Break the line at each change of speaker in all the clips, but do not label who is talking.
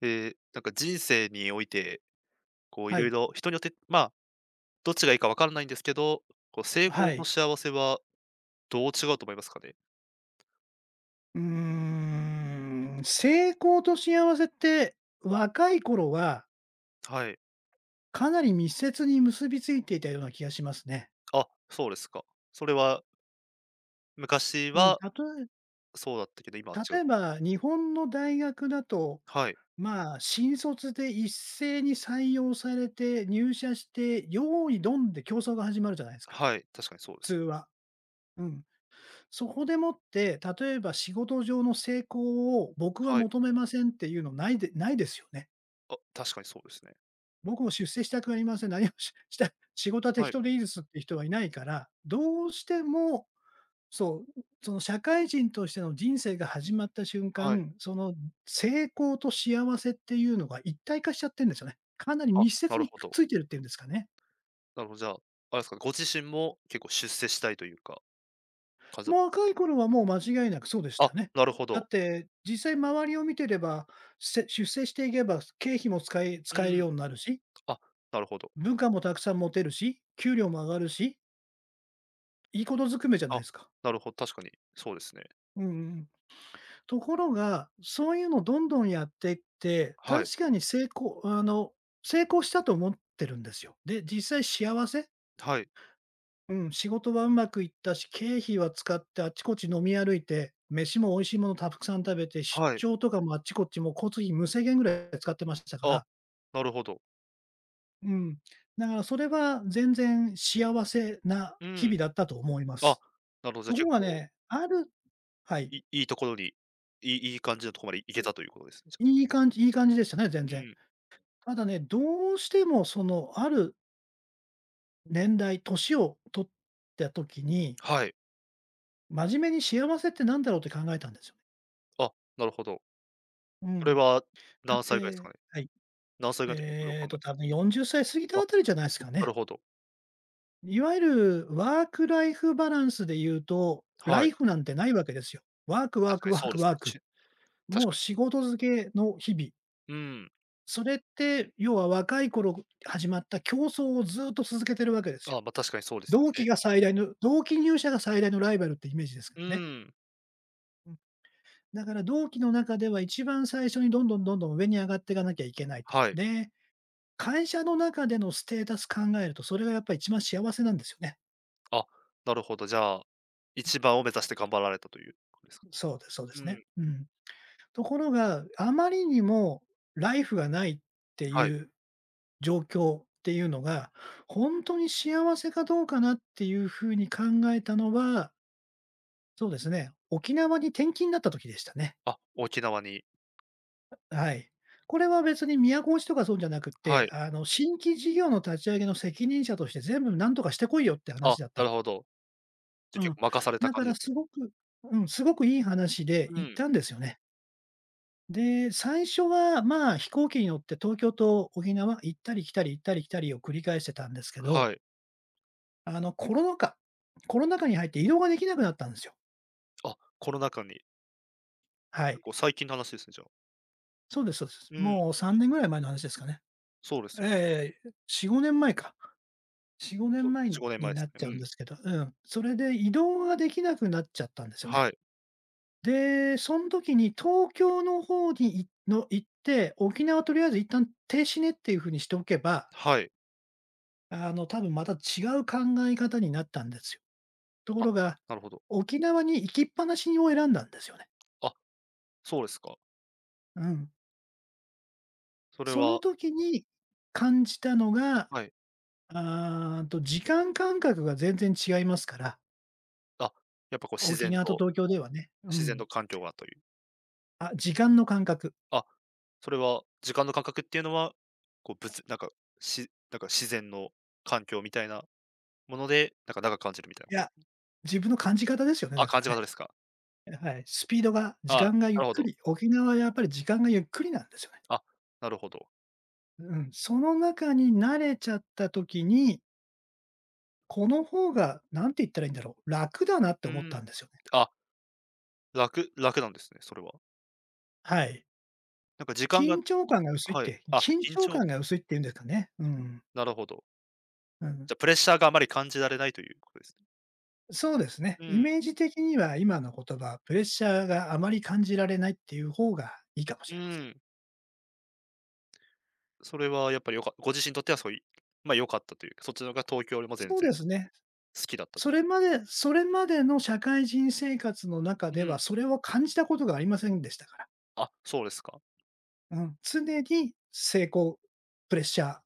で、なんか人生において、こうい
は
ろい
い。
ろ人によって、まあ、どっちがいいかわからないんですけど、こう成
は
功と
い。
幸せはどう違うと思いますかね？
うー成功と幸せって、若い頃は
はい。
かなり密接に結びついていたような気がしますね。
あ、そうですか。それは昔
うん、
は
たとえ
そうだったけど、今は違う。
例えば日本の大学だと、
はい。
新卒で一斉に採用されて入社して、用意どんで競争が始まるじゃないですか、
はい、確かにそうで
普通
す。
は。うん。そこでもって、例えば仕事上の成功を僕は
はい。
求めませんっていうのないでないですよね。
あ、確かにそうですね。
僕も出世したくありません。何もしした、仕事は適
はい、
当でいいですって人はいないから、どうしても、そう、その社会人としての人生が始まった瞬
はい。
間、その成功と幸せっていうのが一体化しちゃってんですよね。かなり
あ、
密接
なる
にくっ
ほど。
ついてるっていうんですかね。
なるほど、じゃあ、あれですか、ご自身も結構出世したいというか、かず
もう若い頃はもう間違いなくそうでした
あ、
よね。
なるほ
だ
ど。
って、実際周りを見てれば、出世していけば経費も
う
使える
ん、
ようになるし、
あ、なるほど。
文化もたくさん持てるし、給料も上がるし、いいことずくめじゃない
あ、
ですか。
なるほど、確かにそうですね。
うんうん。ところが、そういうのをどんどんやっていって、
はい、
確かに成功したと思ってるんですよ。で、実際幸せ
はい、
うん、仕事はうまくいったし、経費は使ってあちこち飲み歩いて、飯も美味しいものたくさん食べて、出
はい。
張とかもあっちこっちもう交通費無制限ぐらい使ってましたか
あ、
ら、
なるほど。
うん。だからそれは全然幸せな
う
日
ん。
々だったと思いま
あ、
す。
なるほど、じゃ、
ところ
結
が
構、
ね、あるはい、
いいところに、いい感じのとこまで行けたということですね、じゃあ。
いい感じいい感じでしたね、全
う
然。
ん、
ただね、どうしてもその、ある年代、年を取った時に、
はい。
真面目に幸せってなんだろうって考えたんですよね。
あ、なるほど。
う
それ
ん。
は
だっ
何歳ぐらいですか
て、
ね？
はい。
何歳ぐらいの時にそれを
多分40歳過ぎた
あ、
あたりじゃないですか
な
ね。
るほど。
いわゆるワークライフバランスで言うと、ラ
は
イ
い。
フなんてないわけですよ。ワーク、ワー
確
ク、
かに
ワー
そう
ク、
ですね。
ワーク。
し確
もう
かに
仕
そう。
事漬けの日々。
うん。
それって要は若い頃始まった競争をずっと続けてるわけですよ。
あ、ま、確かにそうですよね。
同期入社が最大のライバルってイメージですか
う
らね。
ん。
うん。だから同期の中では一番最初にどんどんどんどん上に上がっていかなきゃいけないと。
はい。
で、会社の中でのステータス考えると、それがやっぱり一番幸せなんですよね。
あ、なるほど、じゃあ、一番を目指して頑張られたということですか？
そうですそうで
う
すね。
ん、
うん。ところが、あまりにもライフがないって
はい。
いう状況っていうのが、本当に幸せかどうかなっていう風に考えたのは、そうですね、沖縄に転勤になった時でしたね。
あ、沖縄に
はい。これは別に都落ちとかそうじゃなくっ
は
て、
い。
新規事業の立ち上げの責任者として全部なんとかしてこいよって
あ、
話だった
な
ん
る
で。
ほど。じゃ、
う
結
ん。
構任された
だ
感
か
じ
ら
です
す
ね。
ごくうん、すごくいい話で
う
行っ
ん、
たんですよね。で、最初は、飛行機に乗って東京と沖縄行ったり来たり行ったり来たりを繰り返してたんですけど、
はい。
あの、コロナ禍コロナ禍に入って移動ができなくなったんですよ。
あ、コロナ禍に。
は
結
い。
構最近の話ですね、じゃあ。
そうです。
うん、
もう3年ぐらい前の話ですかね。
そうですよ。
ええ、4、5年前か。4、5
そ
年前
う、5年
に
前で
な
す
っ
ね。
ち
う
ゃうん
ん。
ですけど、うん。それで移動ができなくなっちゃったんですよね。
はい。
で、そん時に東京の方に行って、沖縄とりあえず一旦停止ねっていう風にしておけば、
はい。
多分また違う考え方になったんですよ。とこ
あ、
ろが、
なるほど。
沖縄に行きっぱなしを選んだんですよね。
あ、そうですか。
うん。
それ
そ
は
の時に感じたのが、
はい。
あーと時間感覚が全然違いますから、
あ、やっぱこう自
沖
然
縄と
と
東京ではね。う
自然
ん。
と環境がという。
あ、時間の感覚。
あ、それは時間の感覚っていうのは、こう物なんか、なんか自然の環境みたいなもので、なんか長く感じるみたいな
い
こ
や、
と。
自分の感じ方ですよね、
あ、
だか
感
ら
じ
ね。
方ですか。
はい。スピードが、時
あ
間がゆ
な
っ
るほ
く
ど。
り、沖縄はやっぱり時間がゆっくりなんですよね。
あ、なるほど。
うん、その中に慣れちゃった時に、この方が、何て言ったらいいんだろう、楽だなって
う
思った
ん。
んですよね。
あ、楽なんですね、それは。
はい。
なんか時間がはい。あ、
緊
緊
張
張
感
感
が薄いっていうんですかね。うん、
なるほど。
うん。
じゃ、プレッシャーがあまり感じられないということですね。
そうですね。
う
イ
ん、
メージ的には今の言葉、プレッシャーがあまり感じられないっていう方がいいかもし
う
れません。
ん。それはやっぱりご自身にとってはそういう、ま、良かったというか、そっちのが東京よりも
そうですね。
好きだったという。
それまでの社会人生活の中
う
で
ん。
は、それを感じたことがありませんでしたから。
あ、そうですか。
うん。常に成功、プレッシャー、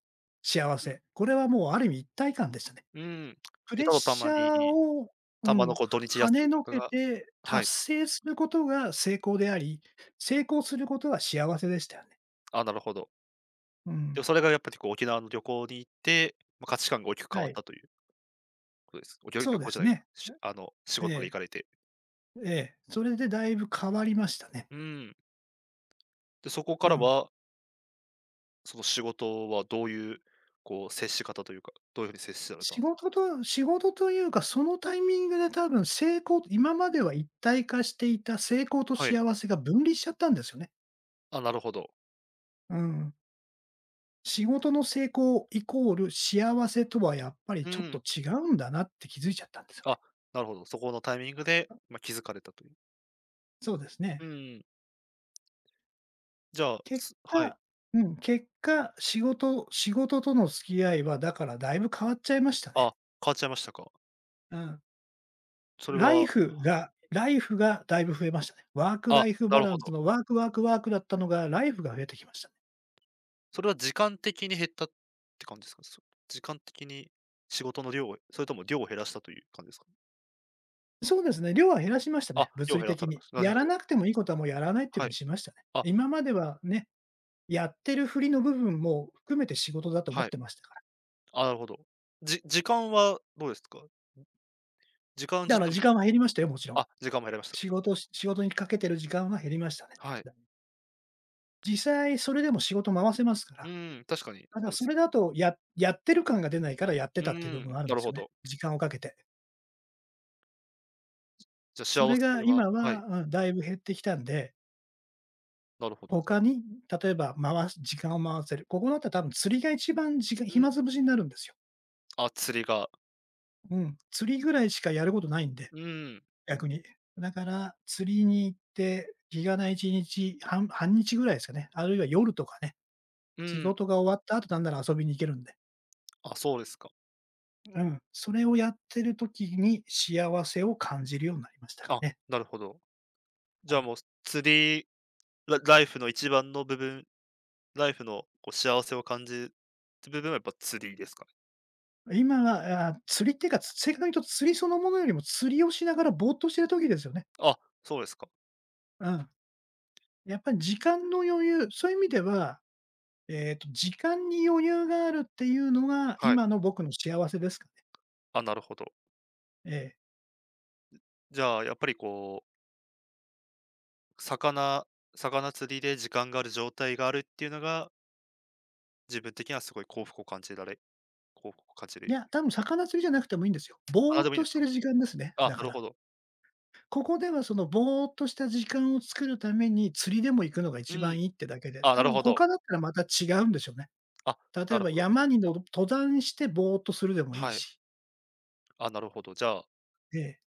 幸
うん、
せ、これはもうある意味一体感でしたね。
うん。
プ
で、
レッ
ただた
シ
ま
ャー
に、
をう
たまの
ん、
こう土日
跳
休
ね
みと
の
か
け
が、
て
は
達
い、
成することが成功であり、成功することは幸せでしたよね。
あ、なるほど。
う
で
ん。
もそれがやっぱりこう沖縄の旅行に行って、ま、価値観が大きく変
は
わっ
い。
たということです。おきょ旅
そうで
行じゃ
す
ないか、
ね。
あの、仕
え
事で行
え、
かれて。
ええ。それでだいぶ変わりましたね。
うん。で、そこか
う
ら
ん。
はその仕事はどういう、こう、接し方というか、どういうふうに接されたん
仕
ですか。
事と仕事というか、そのタイミングで多分今までは一体化していた成功と
はい。
幸せが分離しちゃったんですよね。
あ、なるほど。
うん。仕事の成功イコール幸せとはやっぱり
う
ちょっと
ん。
違うんだなって気づいちゃったんですよね。
あ、なるほど、そこのタイミングで、まあ、気づかれたという。
そうですね。
うん。じゃあ、
結
はい。
果うん、結果、仕事との付き合いはだからだいぶ変わっちゃいましたね。
あ、変わっちゃいましたか。
うん。
それは
ライフがだいぶ増えましたね。ワークラ
あ、
イフ
な
バ
る
ラ
ほ
ンス
ど。
のワークワークワークだったのが、ライフが増えてきました。
それは時間的に減ったって感じですか？時間的に仕事の量を、それとも量を減らしたという感じですか？
そうですね、量は減らしました
あ、
ね、
量
物
を
理
減ら
的
されま
に。
した。な
や
るほ
ら
ど。
なくてもいいことはもうやらないっていうふう
は
に
い。
しましたね。
あ、
今まではね、やってるふりの部分も含めて仕事だと思っ
はい。
てましたから。
あ、なるほど。時間はどうですか？時間
だか
自
ら
体も、
時間は減りましたよ、もちろん。
あ、時間も減りましたか。
仕事にかけてる時間は減りましたね。
はい。
実際それでも仕事回せますから。
うん、確かに、
ただ
そうで
そ
す。
れだと、やってる感が出ないからやって
う
たっていう部
ん、
分はあるん
な
で
る
す
ほ
よね。
ど。
時間をかけて。
じゃ、
そ
幸
れが
せは
今
はい、
は、うん、だいぶ減ってきたんで
なるほど、じゃ
他
あ。
に、例えば回す時間を回せる。ここだったら多分釣りが一番時間
うん、
暇つぶしになるんですよ。
あ、釣りが。
うん。釣りぐらいしかやることないんで、
うん、
逆に。だから、釣りに行って、日がな1日、半日ぐらいですかね。あるいは夜とかね、
う
仕
ん、
事が終わった後なんなら遊びに行けるんで。
あ、そうですか。
うん。それをやってる時に幸せを感じるようになりましたか
あ、
ね。
なるほど。じ
は
ゃあ
い。
もう、釣りラライフの一番の部分、ライフのこう幸せを感じる部分はやっぱ釣りですかね？
今は、釣りっていうか、正確に言うと釣りそのものよりも釣りをしながらぼーっとしてる時ですよね。
あ、そうですか。
うん。やっぱり時間の余裕、そういう意味では、時間に余裕があるっていうのが、
はい。
今の僕の幸せですかね。
あ、なるほど。
ええ。
じゃあ、やっぱりこう、魚魚釣りで時間がある状態があるっていうのが、自分的にはすごい幸福を感じ
い
る、
や、多分魚釣りじゃなくてもいいんですよ。
あ、な
ぼ
ん
ー
で
っ
もいいん
と
で
し
す
て
か？
る時間ですね、
あ、
だ
な
か
る
ら。
ほど。
ここではそのぼーっとした時間を作るために、釣りでも行くのが
う
一
ん。
番いいってだけで、
あ、な
多
る
分
ほど。
他だったらまた違うんでしょうね。
あ、
例
な
え
る
ば
ほど。
山にの登山してぼーっとするでもいい
はい。
し、
あ、なるほど。じゃあ
ええ、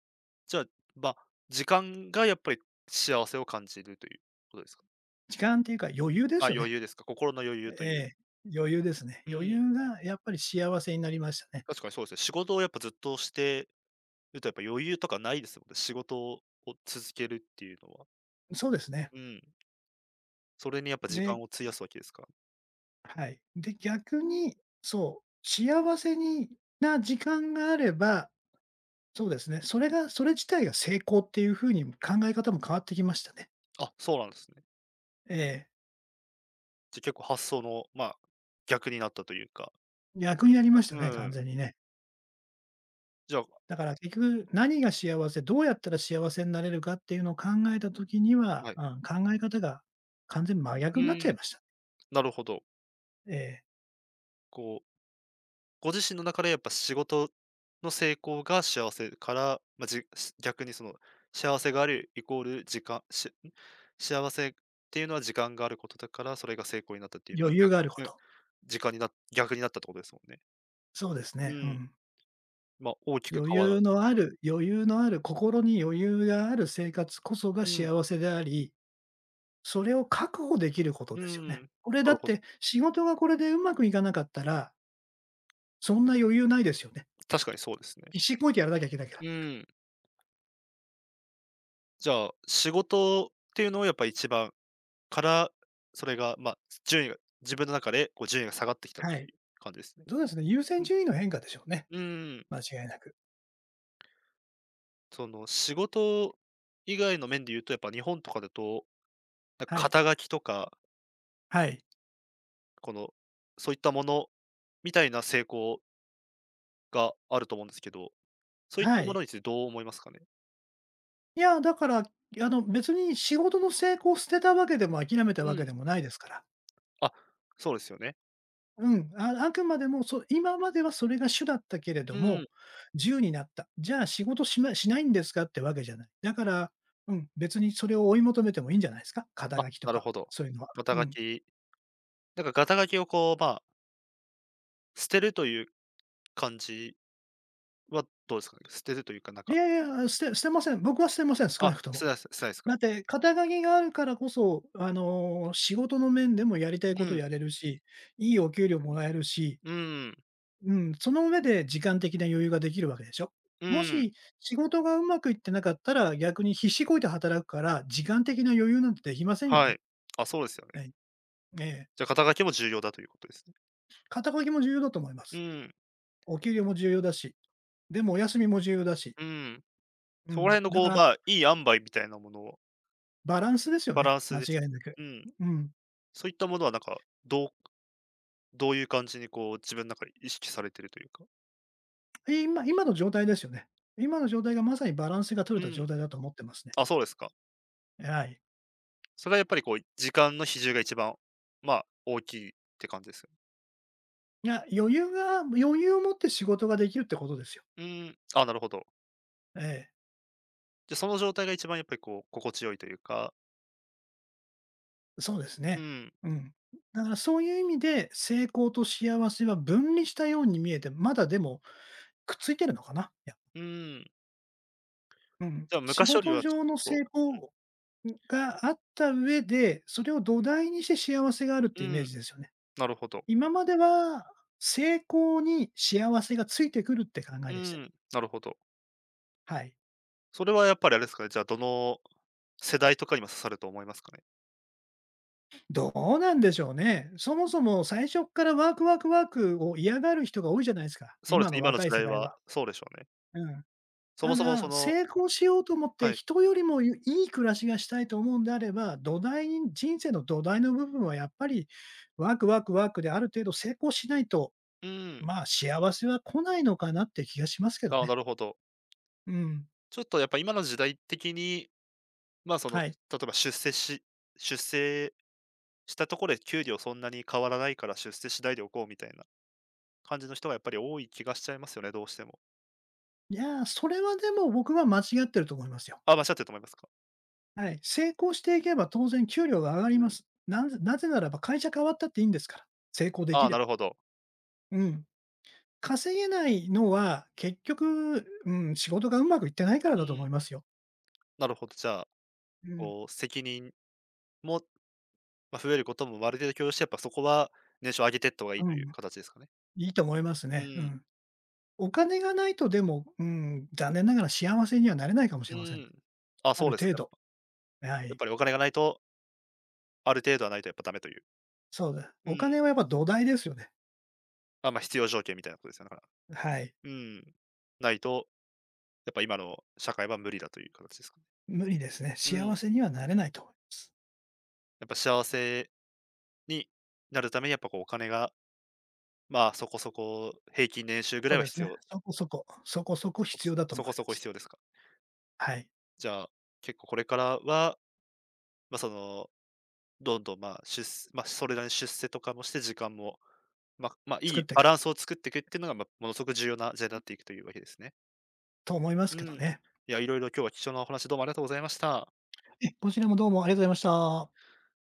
じゃあ、ま、時間がやっぱり幸せを感じるということですか？
時間っていうか余裕で
あ、
すよ
余
ね。
裕ですか？心の余裕と
え
いう。
え、余裕ですね。
う
余
ん、
裕がやっぱり幸せになりましたね。
確かにそうですね。仕事をやっぱずっとしてるとやっぱ余裕とかないですもんね。仕事を続けるっていうのは。
そうですね。
うん。それにやっぱ時
で
間を費やすわけですか？
はい。で、逆に、そう、幸せにな時間があれば、そうですね、それがそれ自体が成功っていう風に考え方も変わってきましたね。
あ、そうなんですね。
ええ。
じゃ、結構発想の、まあ、逆になったというか。
逆になりました
う
ね、完
ん。
全にね。
じゃあ、
だから結局、何が幸せ、どうやったら幸せになれるかっていうのを考えた時には、
はい。
うん、考え方が完全に真
う
逆になっちゃ
ん、
いました。
なるほど。
ええ、
こうご自身の中でやっぱ仕事の成功が幸せから、まあ、逆にその幸せがあるイコール時間しん、幸せっていうのは時間があることだから、それが成功になったっていう、まあ、
余裕
逆。
があるこ
うん、
と。
時間にな逆になったってことですもんね。
そうです
う
ね、う
ん、
ん。
まあ、大きく
余
変わらな
裕
い、
のある余裕のある、心に余裕がある生活こそが
うん、
幸せであり、それを確保できること
う
ですよ
ん、
ね。これ
な
だ
る
っ
ほど。
て仕事がこれでうまくいかなかったら、そんな余裕ないですよね。
確かにそうですね。
必死こいてやらなきゃいけないから。
うん、じゃあ、仕事っていうのをやっぱ一番から、それが、まあ、順位が自分の中でこう順位が下がってきたっ
はい。
ていう感じですね。
そうですね、優
う
先
ん、
順位の変化でしょうね、
うん。
間違いなく。
その、仕事以外の面で言うと、やっぱ日本とかだと、なん
は
か
い。
肩書きとか、
はい。
この、そういったものみたいな成功があると思うんですけど、そういっ
は
たもの
い。
についてどう思いますかね？
いや、だから、別に仕事の成功を捨てたわけでも諦めた
う
わけ
ん。
でもないですから。
あ、そうですよね。
うん、ああくまでも、そ今まではそれが主だったけれど
うん。
も、自由になった。じゃあ仕事しましないんですかってわけじゃない。だから、うん、別にそれを追い求めてもいいんじゃないですか？肩
あ、
書きと
なる
か、
ほど。
そういうのは。
肩
う
書
ん。
き、なんか肩書きをこう、まあ、捨てるという感じはどうですかね？捨てるというか、なん
い
か、
やいや、捨てません。僕は捨てません、少
あ、
なくとも。
捨てないですか？
だって、肩書きがあるからこそ、仕事の面でもやりたい
う
こと
ん。
やれるし、いいお給料もらえるし、
うん。
うん、その上で時間的な余裕ができるわけでしょ。
う
も
ん。
し仕事がうまくいってなかったら、逆に必死こいて働くから、時間的な余裕なんてできませんよ
は
ね。
い。あ、そうですよね。
はい。ええ。
じゃ、肩書きも重要だということですね。
肩書きも重要だと思いま
う
す。
ん。
お給料も重要だし、でもお休みも重要だし。
うん。
う
そこら
ん。
辺の
だか
こう、
ら
まあ、いい塩梅みたいなものを、
バランスですよ
バ
ね、
ランス
間
ですよ
違いなく。
ね。うん。
うん。
そういったものはなんか、どうどういう感じにこう、自分の中で意識されてるというか。
今の状態ですよね。今の状態がまさにバランスが取
う
れた状
ん。
態だと思ってますね。
あ、そうですか。
はい。
それはやっぱりこう、時間の比重が一番、まあ、大きいって感じですよ。
いや、余裕が余裕を持って仕事ができるってことですよ。
うん。あ、なるほど。
ええ。
じゃ、その状態が一番やっぱりこう、心地よいというか。
そうです
う
ね。
ん。
うん。だからそういう意味で、成功と幸せは分離したように見えて、まだでもくっついてるのかな。いや、
うーん。
うん。
じゃあ、
仕
昔より
事
はちょ
上
っと
の
こう、
成功があった上で、それを土台にして幸せがあるっ
う
てイメー
ん、
ジですよね。
なるほど。
今までは、成功に幸せがついてくるって考え
う
でした。
ん、なるほど。
はい。
それはやっぱりあれですかね、じゃあ、どの世代とかにも刺さると思いますかね？
どうなんでしょうね。そもそも最初っからワークワークワークを嫌がる人が多いじゃないですか、
そうで
今
す
の
ね、今の
若
時
い世
代
代
は
は。
そうでしょうね。
うん。
そ
た
もそも
だ、
その、
成功しようと思って
はい。
人よりもいい暮らしがしたいと思うんであれば、土台に人生の土台の部分はやっぱりワークワークワークである程度成功しないと、
うん。
まあ、幸せは来ないのかなって気がしますけど
ああ、
ね。
なるほど。
うん。
ちょっとやっぱ今の時代的に、まあ、その、
はい。
例えば出世したところで給料そんなに変わらないから出世次第でおこうみたいな感じの人がやっぱり多い気がしちゃいますよね、どうしても。
いやー、それはでも僕は間違ってると思いますよ。
あ、間違ってると思いますか？
はい。成功していけば当然給料が上がりま
うん。
す。なぜならば会社変わったっていいんですから。成功で
あ
き
あ、
れ
な
ば。
るほど。
うん。稼げないのは結局、うん、仕事がうまくいってないから
う
だと思い
ん、
ますよ。
なるほど。じゃあ、
うん、
こう責任も、ま、増えることもある程度許容して、やっぱそこは年収を上げていった方がいい
う
とい
ん、
う形ですかね。
いいと思います
う
ね。う
ん、
ん。お金がないとでも、うん、残念ながら幸せにはなれないかもし
う
れませんね。
ん。あ、
あ
そう
る
です
程
か。
度。は
やっ
い。
ぱりお金がないと、ある程度はないとやっぱダメという。
そうだ。
う
お
ん。
金はやっぱ土台ですよね。
あ、まあ、必要条件みたいなことですよね、だか
はい。
ら。うん。ないと、やっぱ今の社会は無理だという形ですかね。
無理ですね。
う
幸
ん。
せにはなれないと思います。
やっぱ幸せになるためにやっぱこうお金が、まあ、そこそこ平均年収ぐ
そ
らい
う
は
です
必
ね。
要、
そこそこ、そこ
そ
そこ
こ
必
そこ
要だと
そ
思
こ
いま
そこ
すね。
必要ですか。
はい。
じゃあ、結構これからは、ま、その、どんどん、まあ、出世、ゅっそれなりに出世とかもして時間も、まあ、い
作っ
い
てい
バ
く
ランスを作っていくっていうのが、ま、ものすごく重要な時代になっていくというわけですね。
と思います
う
けど
ん。い
ね。
や、いろいろ今日は貴重なお話どうもありがとうございました。
え、こちらもどうもありがとうございました。